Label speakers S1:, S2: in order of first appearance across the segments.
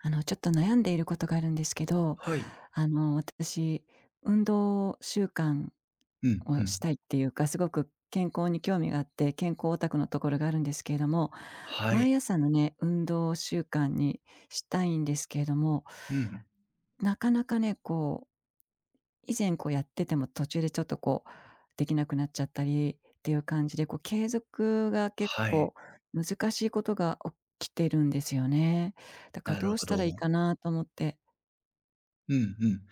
S1: ちょっと悩んでいることがあるんですけど、
S2: はい。
S1: 私、運動習慣
S2: うん、う
S1: をし
S2: ん。
S1: たいっていうか、すごく健康に興味があって、健康オタクのところがあるんですけれども、
S2: はい。
S1: 毎朝のね、運動習慣にしたいんですけれども、
S2: うん。
S1: なかなかね、こう、以前こうやってても途中でちょっとこう、できなくなっちゃったりっていう感じで、こう、継続が結
S2: はい。
S1: 構難しいことが起きてるんですよね。だから
S2: な
S1: ど
S2: る
S1: うし
S2: ほ
S1: た
S2: ど。
S1: らいいかなと思って。
S2: うん、うん。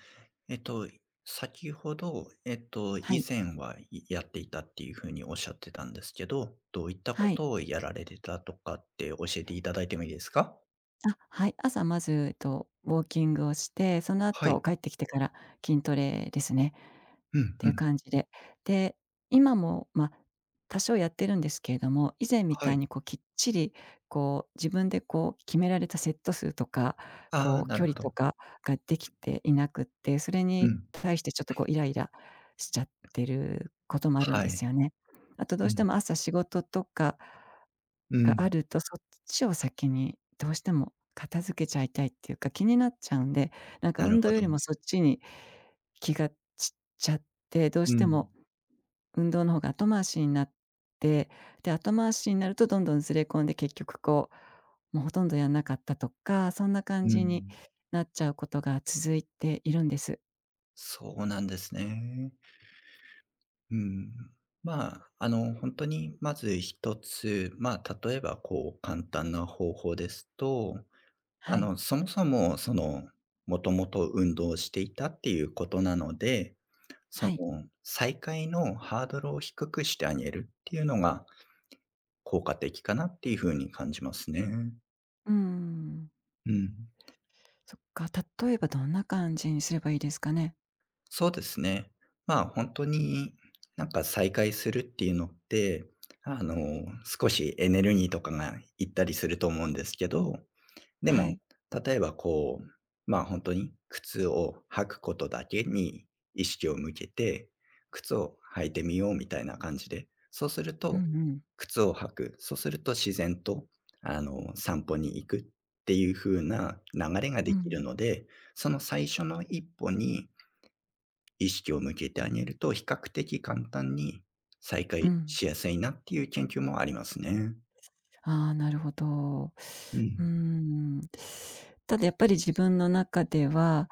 S2: えっと、先ほど、
S1: は
S2: 以
S1: い。
S2: 前はいやっていたっていうふうにおっしゃってたんですけど、どういったこ
S1: はい。
S2: とをやられてたとかって教えていただいてもいいですか？
S1: あ、はい。朝まず、ウォーキングをして、その
S2: は
S1: 後
S2: い。
S1: 帰ってきてから筋トレですね、っ
S2: うん、
S1: て
S2: う
S1: いう
S2: ん。
S1: 感じで。で、今も、まあ、多少やってるんですけれども、以前み
S2: は
S1: たい
S2: い。
S1: にこうきっちり、こう自分でこう決められたセット数とか、
S2: あ
S1: こ
S2: あ、
S1: う
S2: な
S1: 距
S2: る
S1: 離
S2: ほ
S1: と
S2: ど。
S1: かができていなくって、それ
S2: う
S1: に
S2: ん。
S1: 対してちょっとこうイライラしちゃってることもあるん
S2: は
S1: です
S2: い。
S1: よね。あとど
S2: う
S1: うして
S2: ん。
S1: も朝仕事とか
S2: う
S1: があ
S2: ん。
S1: ると、そっちを先にどうしても片付けちゃいたいっていうか、気になっちゃうんで、なんか
S2: なる
S1: 運動
S2: ほ
S1: よ
S2: ど。
S1: りもそっちに気が散っちゃって、どう
S2: う
S1: して
S2: ん。
S1: も運動の方が後回しになって、で、後回しになるとどんどんずれ込んで、結局こう、もうほとんどやんなかったとか、そんな感
S2: う
S1: じに
S2: ん。
S1: なっちゃうことが続いているんです。
S2: そうなんですね。うん。本当にまず一つ、例えば、簡単な方法ですと、
S1: はい。
S2: そもそも、もともと運動をしていたっていうことなので、そ
S1: は
S2: の、
S1: い。
S2: 再開のハードルを低くしてあげるっていうのが効果的かなっていうふうに感じますね。
S1: うーん。
S2: うん。
S1: そっか、例えばどんな感じにすればいいですかね？
S2: そうですね。本当に、再開するっていうのって、あの、少しエネルギーとかがいったりすると思うんですけど、で
S1: は
S2: も、
S1: い。
S2: 例えば本当に靴を履くことだけに意識を向けて、靴を履いてみようみたいな感じで、そうする
S1: う
S2: と
S1: んうん。
S2: 靴を履く、そうすると自然と、散歩に行くっていう風な流れが
S1: う
S2: できる
S1: ん。
S2: ので、その最初の一歩に意識を向けてあげると、比較的簡単に再
S1: う
S2: 開
S1: ん。
S2: しやすいなっていう研究もありますね。
S1: ああ、なるほど。
S2: う
S1: うー
S2: ん。
S1: ん。ただやっぱり自分の中では、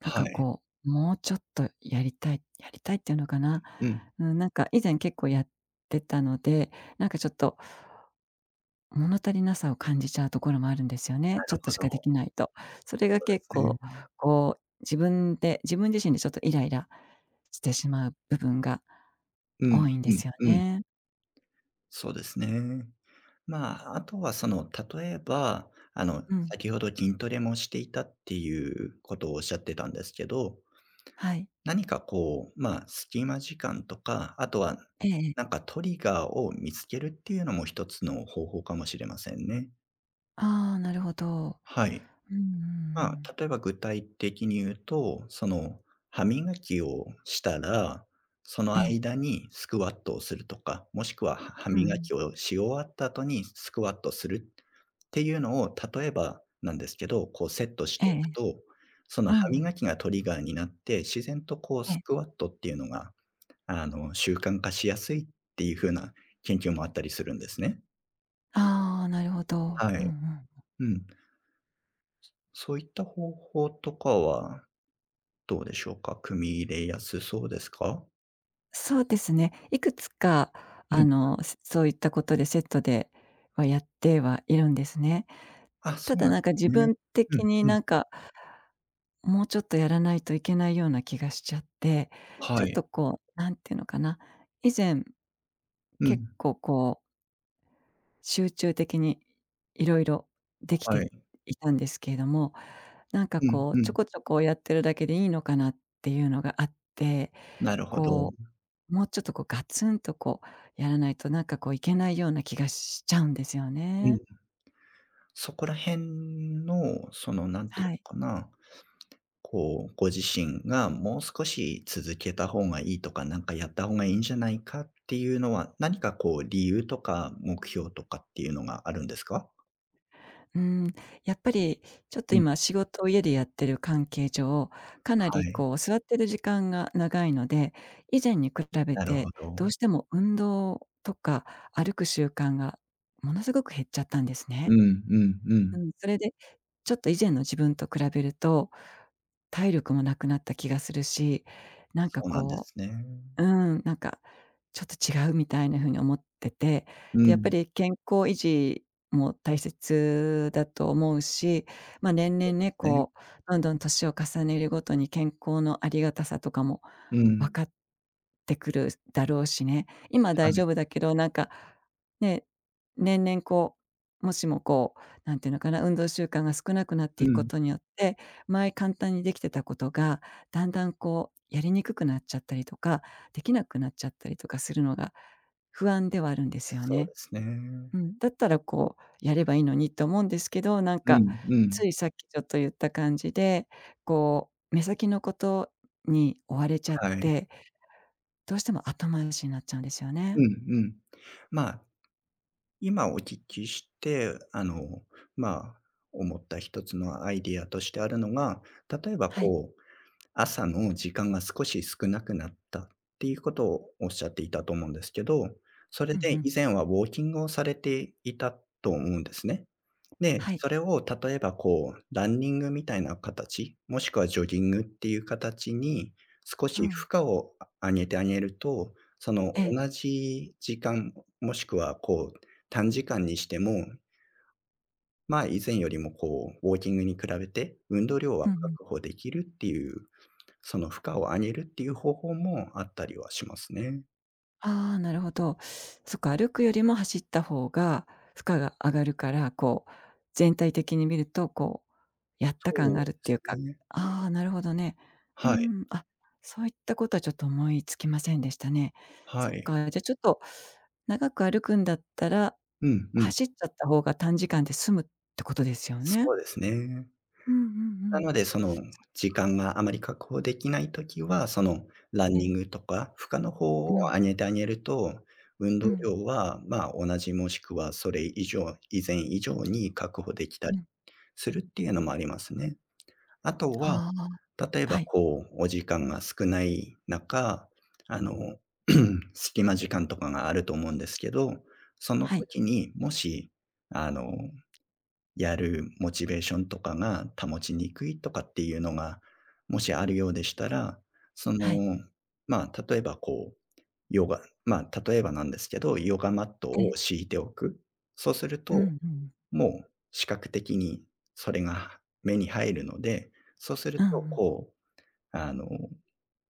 S1: なん
S2: は
S1: か
S2: い。
S1: こう、もうちょっとやりたいやりたいっていうのかな。
S2: うん。な
S1: うん、なんか以前結構やってたので、なんかちょっと物足りなさを感じちゃうところもあるんですよね。ちょっ
S2: る
S1: と
S2: ほ
S1: しかでき
S2: ど。
S1: ないと。それが
S2: そうで
S1: 結
S2: す
S1: 構、
S2: ね。
S1: こう、自分で自分自身でちょっとイライラしてしまう部分が
S2: う
S1: 多
S2: ん、
S1: いんで
S2: うん、
S1: すよ
S2: うん。
S1: ね。
S2: そうですね。あとは例えば、
S1: うん、
S2: 先ほど筋トレもしていたっていうことをおっしゃってたんですけど、
S1: はい。
S2: 何か隙間時間とか、あとは
S1: えええ。
S2: トリガーを見つけるっていうのも一つの方法かもしれませんね。
S1: ああ、なるほど。
S2: はい。
S1: うんうんうん。
S2: 例えば具体的に言うと、歯磨きをしたら、その
S1: ええ。
S2: 間にスクワットをするとか、もしくは歯
S1: う
S2: 磨
S1: ん
S2: きをし終わった後にスクワットするっていうのを、例えばなんですけど、セットし
S1: え
S2: ておく
S1: え
S2: と、その
S1: うんう
S2: 歯磨
S1: ん。
S2: きがトリガーになって、自然と
S1: え
S2: ス
S1: え。
S2: クワットっていうのが、習慣化しやすいっていう風な研究もあったりするんですね。
S1: ああ、なるほど。
S2: は
S1: うんう
S2: い。
S1: ん。
S2: うん。そういった方法とかはどうでしょうか？組み入れやすそうですか？
S1: そうですね。いくつか、
S2: うん。
S1: そういったことでセットではやってはいるんですね。
S2: あ、そ
S1: た
S2: う
S1: だ
S2: なん
S1: な
S2: で
S1: んか
S2: す
S1: 自
S2: ね。
S1: 分
S2: う
S1: 的
S2: ん
S1: に
S2: うん。
S1: なんか、もうちょっとやらないといけないような気がしちゃって、ちょ
S2: は
S1: っ
S2: い。
S1: とこう、なんていうのかな、以前
S2: う
S1: 結
S2: ん。
S1: 構こう集中的にいろいろでき
S2: は
S1: て
S2: い。
S1: いたんですけれども、なんか
S2: うん
S1: こう
S2: う
S1: ちょ
S2: ん。
S1: こちょこやってるだけでいいのかなっていうのがあって、
S2: なるほど。
S1: こう、もうちょっとこうガツンとこうやらないとなんかこういけないような気がしちゃうんですよ
S2: う
S1: ね。
S2: ん。そこら辺の、何ていう
S1: はい。
S2: のかな、ご自身がもう少し続けた方がいいとか、なんかやった方がいいんじゃないかっていうのは、何か理由とか目標とかっていうのがあるんですか？
S1: うーん、やっぱりちょっと
S2: うん。
S1: 今仕事を家でやってる関係上、かな
S2: は
S1: り
S2: い。
S1: こう座ってる時間が長いので、以前に比べ
S2: なるほ
S1: て
S2: ど。
S1: どうしても運動とか歩く習慣がものすごく減っちゃったんですね。
S2: うんうんう
S1: う
S2: ん。
S1: ん、それでちょっと以前の自分と比べると、体力もなくなった気がするし、なん
S2: そ
S1: か
S2: うなんで
S1: こ
S2: すね。
S1: ううん、なんか、ちょっと違うみたいな風に思ってて、
S2: う
S1: で、やっぱ
S2: ん。
S1: り健康維持も大切だと思うし、まあ、年
S2: そ
S1: 々
S2: う
S1: ね、
S2: ですね。
S1: こう、どんどん年を重ねるごとに健康のありがたさとかも
S2: う
S1: 分
S2: ん、
S1: かってくるだろうしね。今
S2: は
S1: 大丈
S2: い、
S1: 夫だけど、なんか、ね、年々こう、もしもこう、なんていうのかな、運動習慣が少なくなって
S2: う
S1: いくこ
S2: ん。
S1: とによって、前簡単にできてたことが、だんだんこう、やりにくくなっちゃったりとかできなくなっちゃったりとかするのが不安ではあるんですよ
S2: そう
S1: ね。
S2: ですね。う
S1: うん、だったらこうやればいいのにと思うんですけど、なんか
S2: んう
S1: つ
S2: ん。
S1: いさっきちょっと言った感じで、こう目先のことに追われちゃっ
S2: はい。
S1: て、どうしても後回しになっちゃうんですよね。
S2: うんうん。まあ、今お聞きして、まあ、思った一つのアイディアとしてあるのが、例えば
S1: はい。
S2: 朝の時間が少し少なくなったっていうことをおっしゃっていたと思うんですけど、それ
S1: うんう
S2: で
S1: ん。
S2: 以前はウォーキングをされていたと思うんですね。で、
S1: はい。
S2: それを例えばランニングみたいな形、もしくはジョギングっていう形に少
S1: う
S2: し
S1: ん。
S2: 負荷を上げてあげると、その
S1: ええ。
S2: 同じ時間、もしくは短時間にしても、以前よりもウォーキングに比べて運動量
S1: う
S2: は
S1: んうん。
S2: 確保できるっていう、その負荷を上げるっていう方法もあったりはしますね。
S1: ああ、なるほど。そっか、歩くよりも走った方が負荷が上がるから、こう、全体的に見ると、こう、やった感があ
S2: そうで
S1: るっていう
S2: す
S1: か。
S2: ね。
S1: ああ、なるほどね。う
S2: はい、
S1: ん、あ、そういったことはちょっと思いつきませんでしたね。
S2: は
S1: そっ
S2: い。
S1: か、じゃ、ちょっと、長く歩くんだったら、
S2: うんうん。
S1: 走っちゃった方が短時間で済むってことですよね。
S2: そうですね。
S1: うんうんう
S2: な
S1: ん。
S2: ので、
S1: そ
S2: 時間があまり確保できないときは、ラン
S1: う
S2: ニ
S1: ね。
S2: ングとか、負荷の方を
S1: うん、
S2: 上げてあげると、運
S1: う
S2: 動
S1: ん、
S2: 量は、同じもしくはそれ以上以前以上に確保できた
S1: う
S2: り
S1: ん。
S2: するっていうのもありますね。あとは、
S1: は
S2: 例え
S1: あ、は
S2: ば
S1: い、
S2: お時間が少ない中、あの、隙間時間とかがあると思うんですけど、その
S1: はい、
S2: 時にもし、あのやるモチベーションとかが保ちにくいとかっていうのが、もしあるようでしたら、その、
S1: はい。
S2: 例えば例えばなんですけど、ヨガマット
S1: ええ、
S2: を敷いておく。そうする
S1: う
S2: と、
S1: んうん。
S2: もう視覚的にそれが目に入るので、そうする
S1: うんう
S2: と
S1: ん。
S2: あの、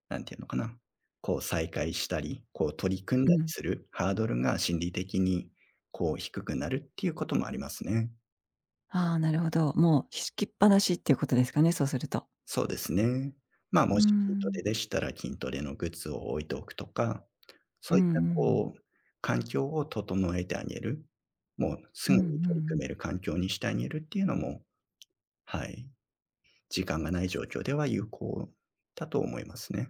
S2: なんていうのかな、再開したり、取り組ん
S1: う
S2: だり
S1: ん。
S2: するハードルが心理的に低くなるっていうこともありますね。
S1: ああ、なるほど。もう敷きっぱなしっていうことですかね、そうすると。
S2: そうですね。
S1: う
S2: も
S1: ー
S2: し筋ト
S1: ん。
S2: レでしたら、筋トレのグッズを置いておくとか、
S1: う
S2: そ
S1: ん
S2: う
S1: う
S2: いっ
S1: んう
S2: た
S1: ん。
S2: 環境を整えてあげる。もうす
S1: うん
S2: ぐ
S1: う
S2: に
S1: んう
S2: 取り
S1: ん。
S2: 組める環境にしてあげるっていうのも、はい、時間がない状況では有効だと思いますね。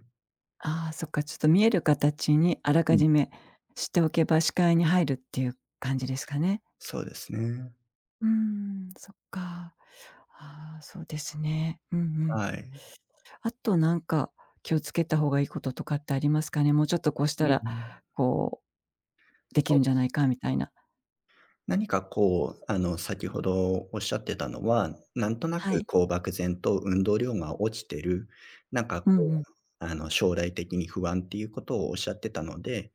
S1: ああ、そっか、ちょっと見える形にあら
S2: う
S1: か
S2: ん、
S1: じめしておけば視界に入るっていう感じですかね。
S2: そうですね。
S1: うーん。そっか。ああ、そうですね。うんうん。
S2: はい。
S1: あとなんか気をつけた方がいいこととかってありますかね？もうちょっとこうし
S2: う
S1: た
S2: ん
S1: ら、
S2: うん。
S1: こうでき
S2: そう
S1: るんじ
S2: で
S1: ゃな
S2: す
S1: いかみたいな。
S2: 何か先ほどおっしゃってたのは、なんとな
S1: は
S2: く
S1: い。
S2: こう漠然と運動量が落ちてる、なんかこ
S1: うんうん。
S2: う、将来的に不安っていうことをおっしゃってたので、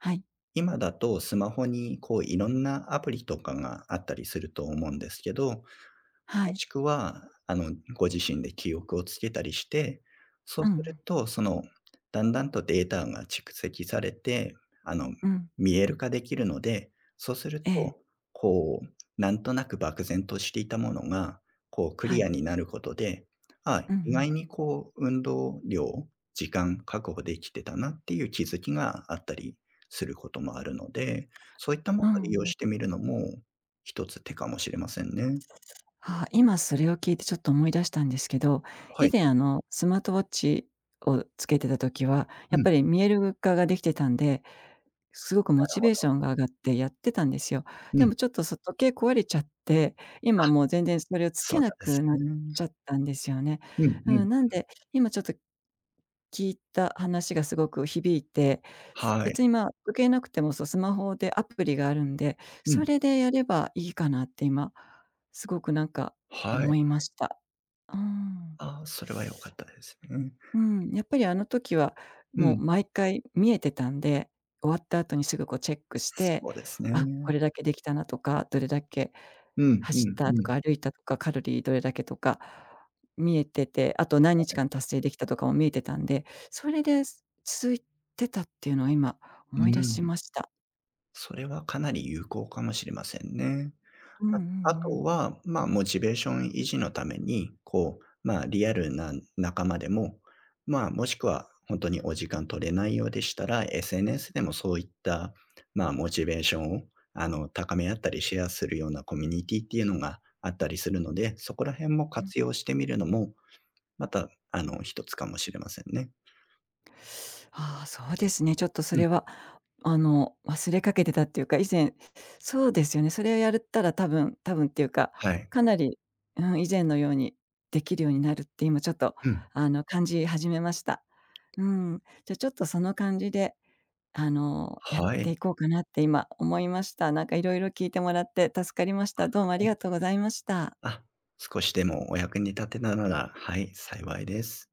S1: はい。
S2: 今だとスマホにこういろんなアプリとかがあったりすると思うんですけど、
S1: は
S2: も
S1: い。
S2: しくは、ご自身で記憶をつけたりして、そ
S1: う
S2: う
S1: んう
S2: する
S1: ん。
S2: と、だんだんとデータが蓄積されて、あの、
S1: うん。
S2: 見える化できるので、そうする
S1: ええ。
S2: と、こう、なんとなく漠然としていたものが、ク
S1: は
S2: リア
S1: い。
S2: になることで、ああ、
S1: うんう
S2: 意外
S1: ん。
S2: に運動量、時間確保できてたなっていう気づきがあったりすることもあるので、そういったもの
S1: うん
S2: を利用
S1: うん。
S2: してみるのも、一つ手かもしれませんね。
S1: あ、今それを聞いてちょっと思い出したんですけど、
S2: は
S1: 以
S2: い。
S1: 前スマートウォッチをつけてた時は、や
S2: う
S1: っ
S2: ん。
S1: ぱり見える化ができてたんで、すごくモチベーションが上がってやってたんですよ。
S2: う
S1: で
S2: ん、
S1: もちょっと、時計壊れちゃって、今もう全然それをつ
S2: そ
S1: け
S2: う
S1: な
S2: なんです
S1: くなっ
S2: ね。
S1: ちゃったんですよね。
S2: うんう
S1: う
S2: ん。
S1: ん、なんで、今ちょっと、聞いた話がすごく響いて、す
S2: はい。
S1: 別に、まあ、時計なくても、そう、スマホでアプリがあるんで、
S2: う
S1: そ
S2: ん、
S1: れでやればいいかなって今、すごくなんか
S2: は
S1: 思
S2: い。
S1: いました。うん。
S2: ああ、それは良かったですね。
S1: うん、やっぱりあの時は、
S2: う
S1: もう
S2: ん、
S1: 毎回見えてたんで、終わった後にすぐこうチェックして、
S2: そうです
S1: あ、こ
S2: ね。
S1: れだけできたなとか、どれだけ
S2: うんう
S1: 走っ
S2: ん
S1: た
S2: う
S1: と
S2: ん。
S1: か歩いたとか、カロリーどれだけとか、見えてて、あと何日間達成できたとかも見えてたんで、それで続いてたっていうのを今
S2: う
S1: 思い出し
S2: ん。
S1: ました。
S2: それはかなり有効かもしれませんね。
S1: うん
S2: あ
S1: うんう
S2: あと
S1: ん。
S2: は、モチベーション維持のために、リアルな仲間でも、もしくは本当にお時間取れないようでしたら、SNS でもそういった、モチベーションを、高め合ったりシェアするようなコミュニティっていうのがあったりするので、そこら辺も活用してみるのも、また、一つかもしれませんね。
S1: ああ、そうですね、ちょっとそ
S2: うん、
S1: れは忘れかけてたっていうか、以前そうですよね、それをやるったら多分多分っていうか、
S2: はい。
S1: かなり、うん、以前のようにできるようになるって今ちょっと、
S2: うん。
S1: 感じ始めました。うん。じゃ、ちょっとその感じで、やって
S2: は
S1: いこうかなって今思いました。なんか色々聞いてもらって助かりました。どうもありがとう
S2: い。
S1: ございました。
S2: あ、少しでもお役に立てたなら、はい、幸いです。